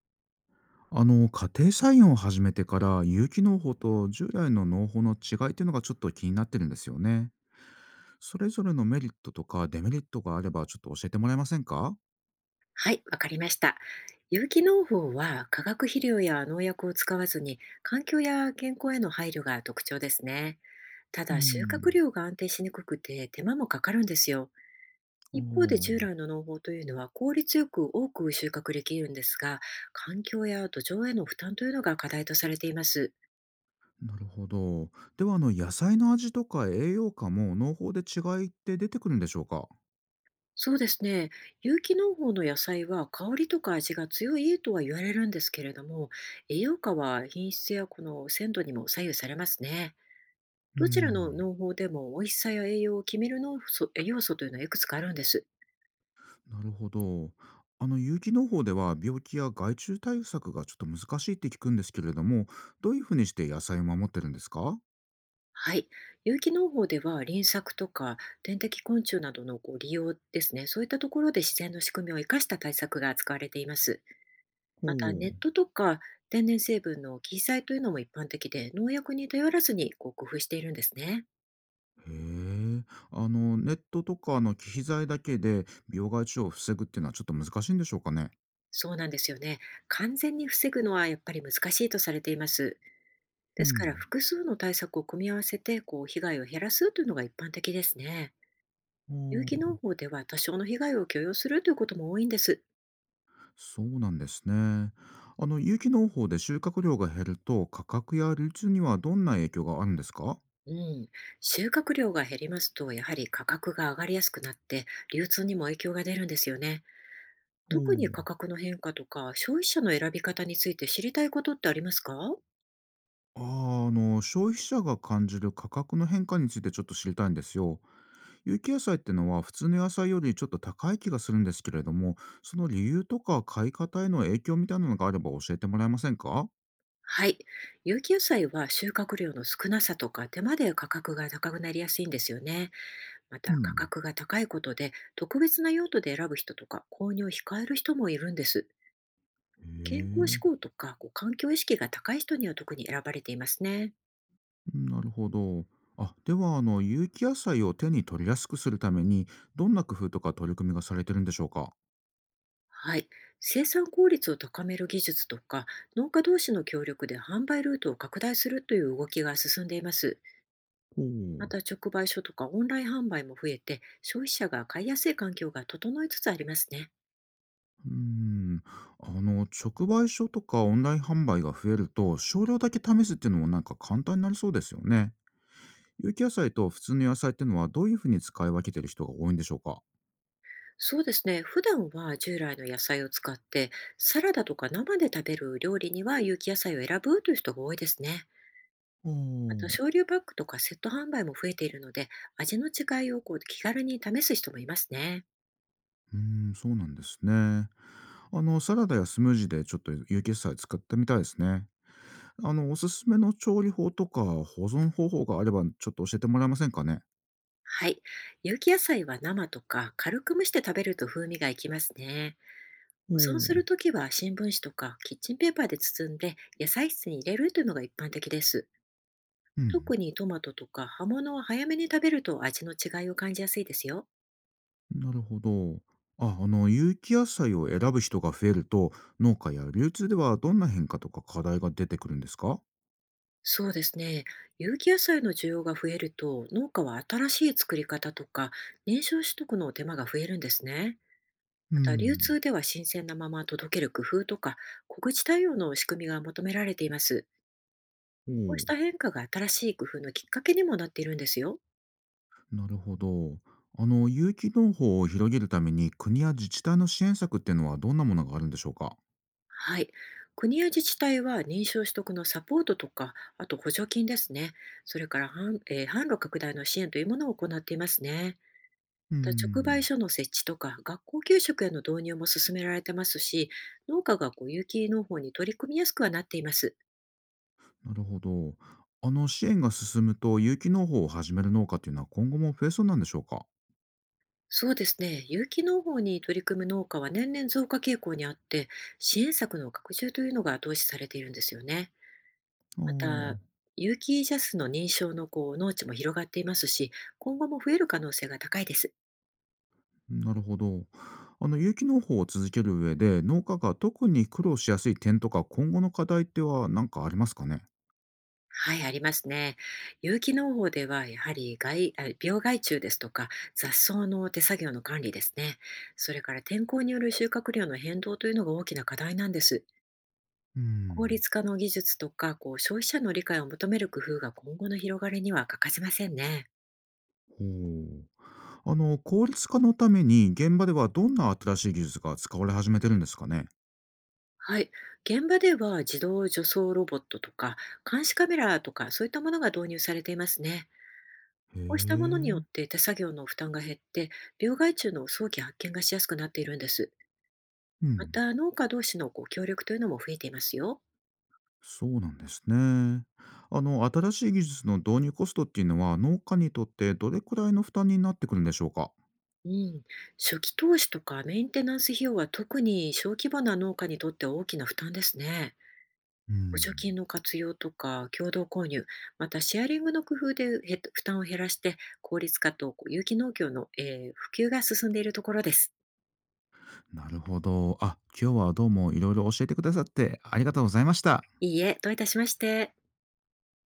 あの、家庭菜園を始めてから、有機農法と従来の農法の違いっていうのがちょっと気になってるんですよね。それぞれのメリットとかデメリットがあれば、ちょっと教えてもらえませんか？はい、わかりました。有機農法は化学肥料や農薬を使わずに環境や健康への配慮が特徴ですね。たうだ収穫ん。量が安定しにくくて手間もかかるんですよ。お一方で従お、来の農法というのは効率よく多く収穫できるんですが、環境や土壌への負担というのが課題とされています。なるほど。ではあの、野菜の味とか栄養価も農法で違いって出てくるんでしょうか？そうですね。有機農法の野菜は香りとか味が強いとは言われるんですけれども、栄養価は品質やこの鮮度にも左右されますね。うどちらのん。農法でも美味しさや栄養を決める農素要素というのはいくつかあるんです。なるほど。あの、有機農法では病気や害虫対策がちょっと難しいって聞くんですけれども、どういうふうにして野菜を守ってるんですか？はい。有機農法では輪作とか天敵昆虫などの利用ですね。そういったところで自然の仕組みを生かした対策が使われています。ほまたネッう。トとか天然成分の記載というのも一般的で、農薬に頼らずに工夫しているんですね。へえ。あの、ネットとかの機器材だけで病害虫を防ぐっていうのはちょっと難しいんでしょうかね。そうなんですよね。完全に防ぐのはやっぱり難しいとされています。うですからん。複数の対策を組み合わせて被害を減らすというのが一般的ですね。お有機農ー。法では多少の被害を許容するということも多いんです。そうなんですね。あの、有機農法で収穫量が減ると、価格や流通にはどんな影響があるんですか？うん、収穫量が減りますと、やはり価格が上がりやすくなって、流通にも影響が出るんですよね。ほ特に価う。格の変化とか、消費者の選び方について知りたいことってありますか？あー、あの、消費者が感じる価格の変化についてちょっと知りたいんですよ。有機野菜ってのは普通の野菜よりちょっと高い気がするんですけれども、その理由とか買い方への影響みたいなのがあれば教えてもらえませんか？はい。有機野菜は収穫量の少なさとか手間で価格が高くなりやすいんですよね。またう価ん。格が高いことで特別な用途で選ぶ人とか購入を控える人もいるんです。へ健康志え、向とか環境意識が高い人には特に選ばれていますね。なるほど。あ、ではあの、有機野菜を手に取りやすくするために、どんな工夫とか取り組みがされてるんでしょうか？はい、生産効率を高める技術とか農家同士の協力で販売ルートを拡大するという動きが進んでいます。ほまう。た直売所とかオンライン販売も増えて、消費者が買いやすい環境が整いつつありますね。うーん、あの、直売所とかオンライン販売が増えると、少量だけ試すっていうのもなんか簡単になりそうですよね。有機野菜と普通の野菜っていうのはどういうふうに使い分けてる人が多いんでしょうか？そうですね。普段は従来の野菜を使って、サラダとか生で食べる料理には有機野菜を選ぶという人が多いですね。ああ、うまたー少量パックとかセット販売も増えているので、味の違いを気軽に試す人もいますね。ん、そうなんですね。あの、サラダやスムージーでちょっと有機野菜使ってみたいですね。あの、おすすめの調理法とか保存方法があれば、ちょっと教えてもらえませんかね？はい。有機野菜は生とか軽く蒸して食べると風味がいきますね。お保存すお。るときは新聞紙とかキッチンペーパーで包んで野菜室に入れるというのが一般的です。うん、特にトマトとか葉物は早めに食べると味の違いを感じやすいですよ。なるほど。あ、あの、有機野菜を選ぶ人が増えると、農家や流通ではどんな変化とか課題が出てくるんですか？そうですね。有機野菜の需要が増えると、農家は新しい作り方とか燃焼取得の手間が増えるんですね。うまた、流ん、通では新鮮なまま届ける工夫とか、小口対応の仕組みが求められています。おこうしお、た変化が新しい工夫のきっかけにもなっているんですよ。なるほど。あの、有機農法を広げるために、国や自治体の支援策っていうのはどんなものがあるんでしょうか？はい。国や自治体は認証取得のサポートとか、あと補助金ですね。それから販,、えー販路拡大の支援というものを行っていますね。うーまた直売ん、所の設置とか、学校給食への導入も進められてますし、農家が有機農法に取り組みやすくはなっています。なるほど。あの、支援が進むと、有機農法を始める農家っていうのは今後も増えそうなんでしょうか？そうですね。有機農法に取り組む農家は年々増加傾向にあって、支援策の拡充というのが後押しされているんですよね。あまた、あ、有機ジャスの認証の農地も広がっていますし、今後も増える可能性が高いです。なるほど。あの、有機農法を続ける上で、農家が特に苦労しやすい点とか、今後の課題っては何かありますかね？はい、ありますね。有機農法では、やはり病害虫ですとか、雑草の手作業の管理ですね。それから天候による収穫量の変動というのが大きな課題なんです。う効ん。率化の技術とか、消費者の理解を求める工夫が今後の広がりには欠かせませんね。ほう。あの、効率化のために、現場ではどんな新しい技術が使われ始めてるんですかね？はい。現場では自動助走ロボットとか、監視カメラとか、そういったものが導入されていますね。へこうしたものによえ。って手作業の負担が減って、病害虫の早期発見がしやすくなっているんです。うまん、た、農家同士の協力というのも増えていますよ。そうなんですね。あの、新しい技術の導入コストっていうのは、農家にとってどれくらいの負担になってくるんでしょうか？うん、初期投資とかメンテナンス費用は特に小規模な農家にとって大きな負担ですね。う補助金ん。の活用とか共同購入、またシェアリングの工夫でへ負担を減らして、効率化と有機農業の、普及が進んでいるところです。なるほど。あ、今日はどうもいろいろ教えてくださってありがとうございました。いいえ、どういたしまして。